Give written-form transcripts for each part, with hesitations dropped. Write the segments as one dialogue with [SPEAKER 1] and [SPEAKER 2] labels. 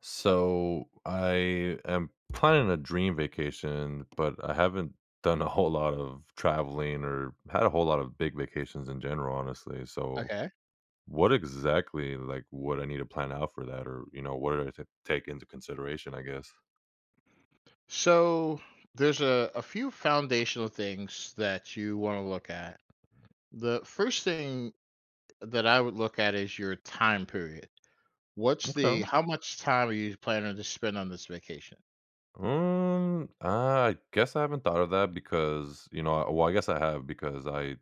[SPEAKER 1] So I am planning a dream vacation, but I haven't done a whole lot of traveling or had a whole lot of big vacations in general, honestly. So
[SPEAKER 2] Okay.
[SPEAKER 1] what exactly would I need to plan out for that, or what do I take into consideration, I guess?
[SPEAKER 2] So there's a few foundational things that you want to look at. The first thing that I would look at is your time period. What's
[SPEAKER 1] Okay.
[SPEAKER 2] the how much time are you planning to spend on this vacation?
[SPEAKER 1] I guess I haven't thought of that because, well, I guess I have because I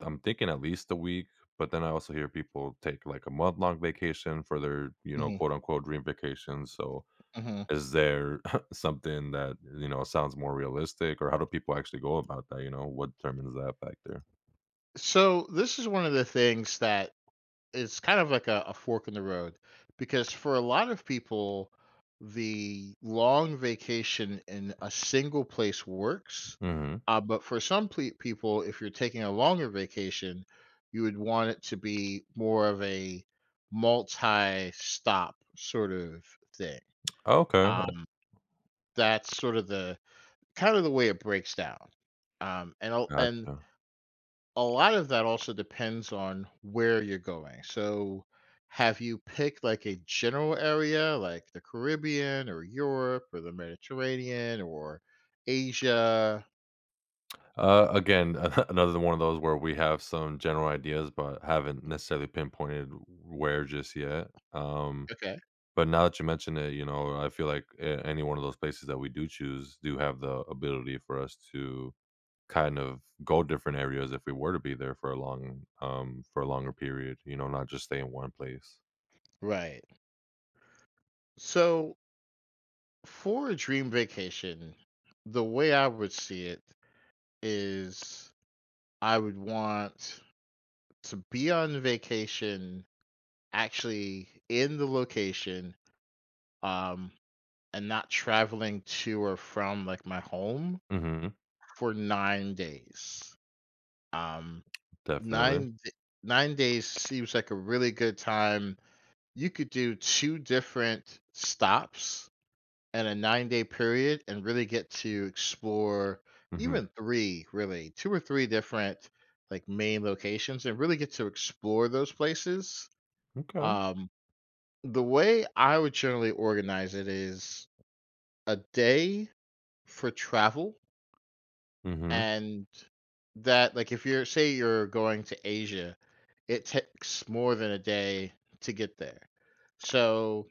[SPEAKER 1] I'm thinking at least a week, but then I also hear people take like a month long vacation for their,
[SPEAKER 2] Hmm.
[SPEAKER 1] quote unquote dream vacation. So
[SPEAKER 2] Hmm.
[SPEAKER 1] is there something that, sounds more realistic, or how do people actually go about that? What determines that factor?
[SPEAKER 2] So this is one of the things that it's kind of like a fork in the road, because for a lot of people, the long vacation in a single place works.
[SPEAKER 1] Mhm.
[SPEAKER 2] But for some people, if you're taking a longer vacation, you would want it to be more of a multi stop sort of thing.
[SPEAKER 1] Okay,
[SPEAKER 2] Um, that's sort of the kind of the way it breaks down. And
[SPEAKER 1] gotcha.
[SPEAKER 2] a lot of that also depends on where you're going. So, have you picked like a general area like the Caribbean or Europe or the Mediterranean or Asia?
[SPEAKER 1] Again, another one of those where we have some general ideas, but haven't necessarily pinpointed where just yet.
[SPEAKER 2] Okay.
[SPEAKER 1] But now that you mention it, I feel like a any one of those places that we do choose do have the ability for us to kind of go different areas if we were to be there for a long, for a longer period, not just stay in one place.
[SPEAKER 2] Right. So, for a dream vacation, the way I would see it is I would want to be on vacation actually in the location um and not traveling to or from like my home
[SPEAKER 1] Mhm.
[SPEAKER 2] for 9 days. Um,
[SPEAKER 1] Definitely.
[SPEAKER 2] 9 d 9 days seems like a really good time. You could do 2 different stops in a 9-day period and really get to explore
[SPEAKER 1] Mhm.
[SPEAKER 2] even 3, really, 2 or 3 different, like, main locations, and really get to explore those places.
[SPEAKER 1] Okay.
[SPEAKER 2] Um, the way I would generally organize it is a day for travel.
[SPEAKER 1] Mhm.
[SPEAKER 2] And that like if you're say you're going to Asia, it takes more than a day to get there. So,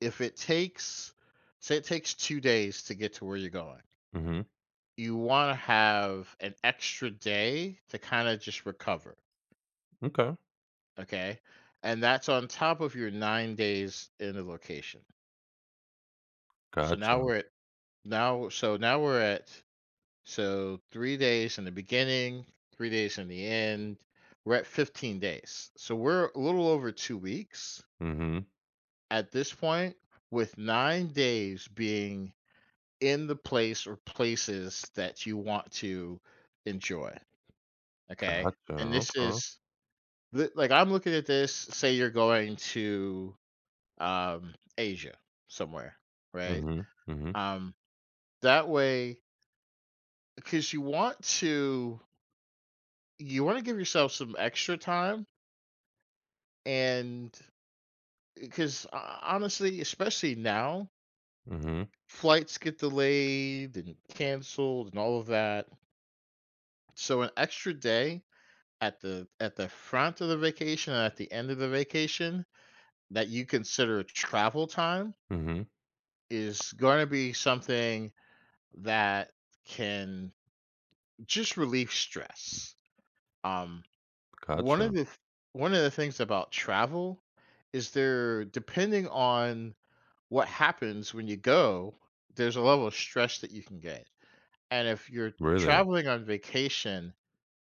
[SPEAKER 2] if it takes, say it takes 2 days to get to where you're going,
[SPEAKER 1] Mhm.
[SPEAKER 2] you want to have an extra day to kind of just recover,
[SPEAKER 1] Okay.
[SPEAKER 2] okay? And that's on top of your 9 days in the location. So now
[SPEAKER 1] Gotcha.
[SPEAKER 2] we're at now we're at So 3 days in the beginning, 3 days in the end. We're at 15 days. So we're a little over 2 weeks
[SPEAKER 1] Mhm.
[SPEAKER 2] at this point, with 9 days being in the place or places that you want to enjoy, okay? And
[SPEAKER 1] Gotcha.
[SPEAKER 2] this
[SPEAKER 1] Okay.
[SPEAKER 2] is, li like, I'm looking at this, say you're going to, Asia somewhere, right?
[SPEAKER 1] Mhm. Mhm.
[SPEAKER 2] Um, that way, because you want to you wanna give yourself some extra time. And because, honestly, especially now,
[SPEAKER 1] Mhm.
[SPEAKER 2] flights get delayed and canceled and all of that. So an extra day at the front of the vacation and at the end of the vacation that you consider travel time
[SPEAKER 1] Mhm.
[SPEAKER 2] is going to be something that can just relieve stress. Um, one of
[SPEAKER 1] Gotcha.
[SPEAKER 2] the one of the things about travel is there, depending on what happens when you go, there's a level of stress that you can get. And if you're
[SPEAKER 1] Really?
[SPEAKER 2] traveling on vacation,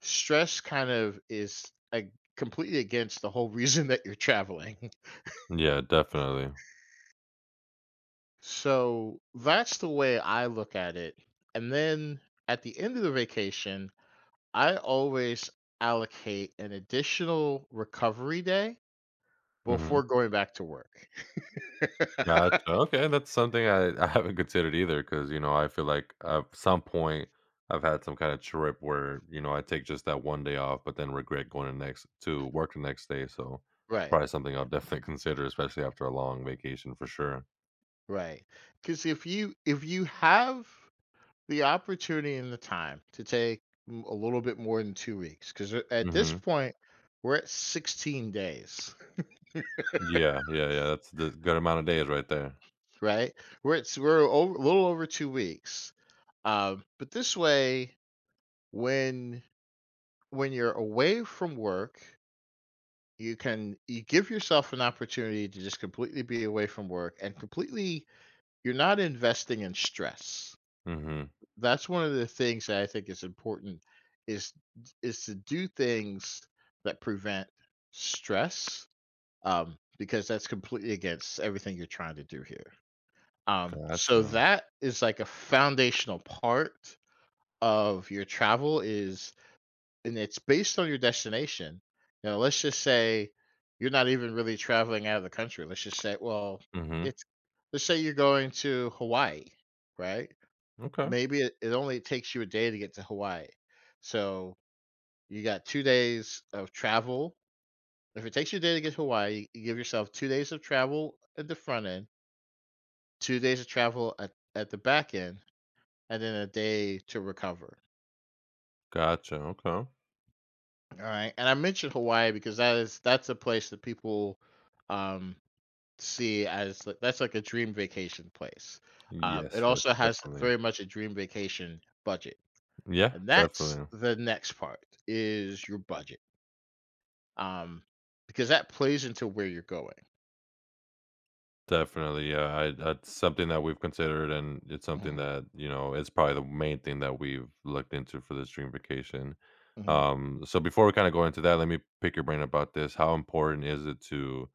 [SPEAKER 2] stress kind of is, completely against the whole reason that you're traveling.
[SPEAKER 1] Yeah, definitely.
[SPEAKER 2] So that's the way I look at it. And then at the end of the vacation, I always allocate an additional recovery day before
[SPEAKER 1] Mhm.
[SPEAKER 2] going back to work.
[SPEAKER 1] Gotcha. Okay, that's something I haven't considered either, because you know, I feel like at some point, I've had some kinda trip where, you know, I take just that 1 day off, but then regret going the next to work the next day, so
[SPEAKER 2] Right,
[SPEAKER 1] probably something I'll definitely consider, especially after a long vacation for sure.
[SPEAKER 2] right. Because if you have the opportunity and the time to take a little bit more than 2 weeks, because at this
[SPEAKER 1] Mhm.
[SPEAKER 2] point we're at 16 days,
[SPEAKER 1] Yeah, yeah, yeah, that's the good amount of days right there.
[SPEAKER 2] right. We're over, a little over 2 weeks, but this way, when you're away from work, you give yourself an opportunity to just completely be away from work, and completely you're not investing in stress.
[SPEAKER 1] Mhm.
[SPEAKER 2] That's one of the things that I think is important, is is to do things that prevent stress, because that's completely against everything you're trying to do here. So
[SPEAKER 1] Gotcha.
[SPEAKER 2] that is like a foundational part of your travel is and it's based on your destination. Now, let's just say you're not even really traveling out of the country. Let's just say, well,
[SPEAKER 1] Mhm.
[SPEAKER 2] it's let's say you're going to Hawaii, right?
[SPEAKER 1] Okay.
[SPEAKER 2] Maybe it only takes you a day to get to Hawaii. So, you got 2 days of travel. If it takes you a day to get to Hawaii, you give yourself 2 days of travel at the front end, 2 days of travel at the back end, and then a day to recover.
[SPEAKER 1] Gotcha, okay.
[SPEAKER 2] Alright, and I mentioned Hawaii because that's a place that people, um, see as li that's like a dream vacation place. It
[SPEAKER 1] Yes, yes,
[SPEAKER 2] also has
[SPEAKER 1] definitely.
[SPEAKER 2] very much a dream vacation budget,
[SPEAKER 1] Yeah,
[SPEAKER 2] and that's
[SPEAKER 1] definitely.
[SPEAKER 2] the next part, is your budget, um, because that plays into where you're going.
[SPEAKER 1] Definitely, yeah, I that's something that we've considered, and it's something
[SPEAKER 2] Mhm,
[SPEAKER 1] that, it's probably the main thing that we've looked into for this dream vacation.
[SPEAKER 2] mhm,
[SPEAKER 1] So before we kinda go into that, let me pick your brain about this. How important is it to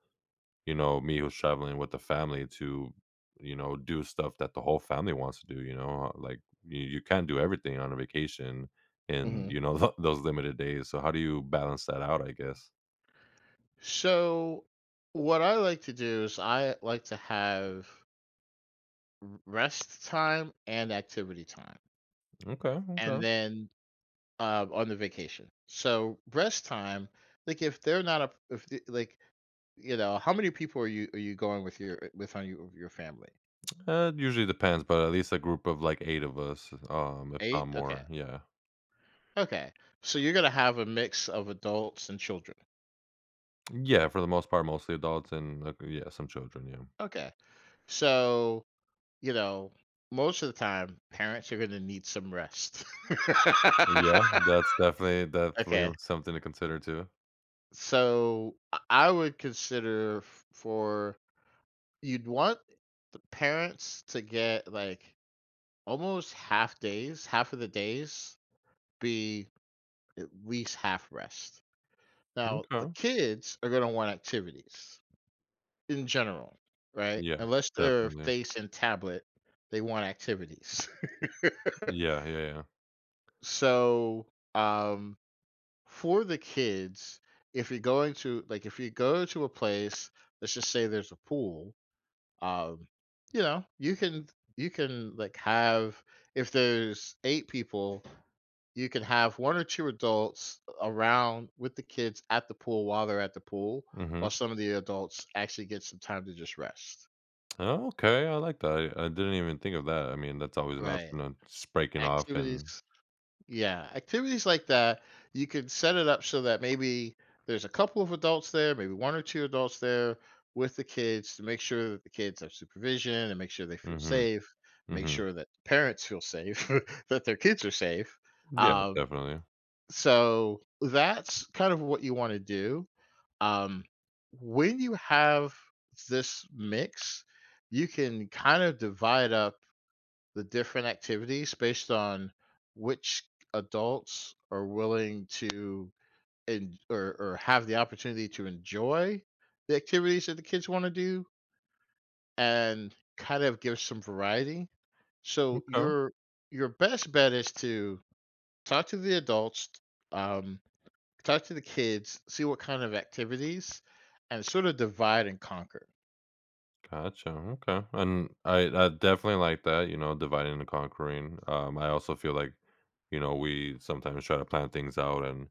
[SPEAKER 1] me who's traveling with the family to, do stuff that the whole family wants to do, you know? Like, you can't do everything on a vacation in,
[SPEAKER 2] mhm.
[SPEAKER 1] those limited days, so how do you balance that out, I guess?
[SPEAKER 2] So, what I like to do is I like to have rest time and activity time,
[SPEAKER 1] Okay,
[SPEAKER 2] and
[SPEAKER 1] okay.
[SPEAKER 2] then, on the vacation. So rest time, like if they're not a, if the, like, how many people are you going with your with on your family?
[SPEAKER 1] It usually depends, but at least a group of, like, 8 of us, if not
[SPEAKER 2] Eight. Okay.
[SPEAKER 1] more, yeah.
[SPEAKER 2] Okay. So you're gonna have a mix of adults and children.
[SPEAKER 1] Yeah, for the most part, mostly adults and, like, yeah, some children, yeah.
[SPEAKER 2] Okay. So, you know, most of the time, parents are gonna need some rest.
[SPEAKER 1] Yeah, that's
[SPEAKER 2] Okay,
[SPEAKER 1] definitely something to consider too.
[SPEAKER 2] so I would consider f for you'd want the parents to get, like, almost half days, half of the days be at least half rest. Now, the
[SPEAKER 1] Okay.
[SPEAKER 2] kids are gonna want activities in general, right?
[SPEAKER 1] Yeah,
[SPEAKER 2] Unless they're
[SPEAKER 1] definitely.
[SPEAKER 2] face and tablet, they want activities.
[SPEAKER 1] Yeah, yeah, yeah.
[SPEAKER 2] So, um for the kids, if you're going to like, if you go to a place, let's just say there's a pool, um, you can like have, if there's eight people, you can have one or two adults around with the kids at the pool while they're at the pool, while
[SPEAKER 1] Mhm.
[SPEAKER 2] some of the adults actually get some time to just rest.
[SPEAKER 1] Oh, okay, I like that. I didn't even think of that. I mean, that's always an
[SPEAKER 2] Right.
[SPEAKER 1] option on just breaking off
[SPEAKER 2] Activities
[SPEAKER 1] and
[SPEAKER 2] Yeah, activities like that, you can set it up so that maybe there's a couple of adults there, maybe one or two adults there with the kids to make sure that the kids have supervision and make sure they feel
[SPEAKER 1] mhm,
[SPEAKER 2] safe, make
[SPEAKER 1] mhm.
[SPEAKER 2] sure that parents feel safe, that their kids are safe.
[SPEAKER 1] Yeah,
[SPEAKER 2] Um,
[SPEAKER 1] definitely.
[SPEAKER 2] so that's kind of what you want to do. Um, when you have this mix, you can kind of divide up the different activities based on which adults are willing to, and or have the opportunity to enjoy the activities that the kids want to do, and kind of give some variety. So
[SPEAKER 1] Okay,
[SPEAKER 2] your best bet is to talk to the adults, um, talk to the kids, see what kind of activities, and sort of divide and conquer.
[SPEAKER 1] gotcha, okay, and I definitely like that, you know, dividing and conquering. I also feel like, we sometimes try to plan things out and,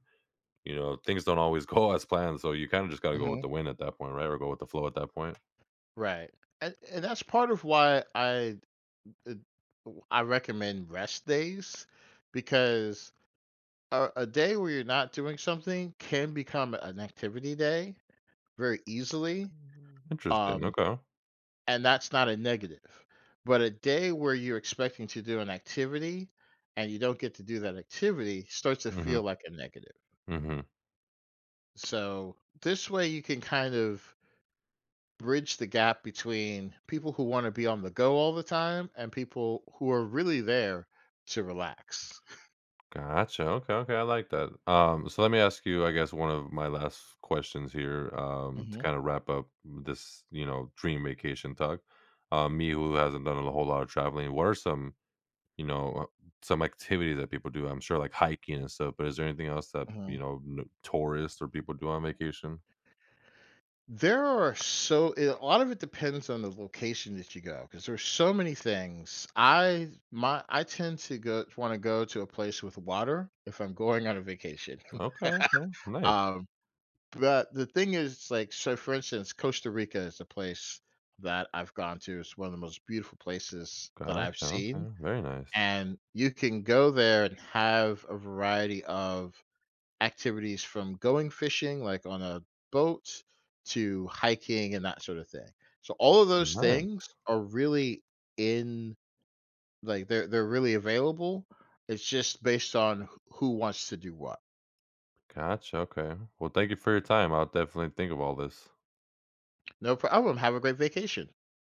[SPEAKER 1] things don't always go as planned, so you kind of just gotta go
[SPEAKER 2] Hmm.
[SPEAKER 1] with the wind at that point, right? Or go with the flow at that point.
[SPEAKER 2] Right. And that's part of why it, I recommend rest days, because a day where you're not doing something can become an activity day very easily.
[SPEAKER 1] Mhm. Interesting,
[SPEAKER 2] Um,
[SPEAKER 1] okay.
[SPEAKER 2] and that's not a negative. But a day where you're expecting to do an activity and you don't get to do that activity starts to
[SPEAKER 1] Mhm,
[SPEAKER 2] feel like a negative.
[SPEAKER 1] mhm.
[SPEAKER 2] So this way you can kind of bridge the gap between people who want to be on the go all the time and people who are really there to relax.
[SPEAKER 1] Gotcha. Okay, okay, I like that. So let me ask you, I guess, one of my last questions here, to
[SPEAKER 2] Hmm.
[SPEAKER 1] kind of wrap up this, dream vacation talk. Me who hasn't done a whole lot of traveling, what are some, you know, uh, some activities that people do? I'm sure like hiking and stuff, but is there anything else that, tourists or people do on vacation?
[SPEAKER 2] There are so a lot of it depends on the location that you go, 'cause there's so many things. I tend to go wanna go to a place with water if I'm going on a vacation.
[SPEAKER 1] Okay, okay. Nice.
[SPEAKER 2] Um, but the thing is, like, so for instance, Costa Rica is a place that I've gone to. It's one of the most beautiful places that I've
[SPEAKER 1] Gotcha.
[SPEAKER 2] seen,
[SPEAKER 1] Okay. Very nice.
[SPEAKER 2] and you can go there and have a variety of activities, from going fishing, like on a boat, to hiking and that sort of thing. So all of those
[SPEAKER 1] Nice.
[SPEAKER 2] things are really in like they're really available. It's just based on who wants to do what.
[SPEAKER 1] Gotcha. Okay. Well, thank you for your time. I'll definitely think of all this.
[SPEAKER 2] No problem. Have a great vacation.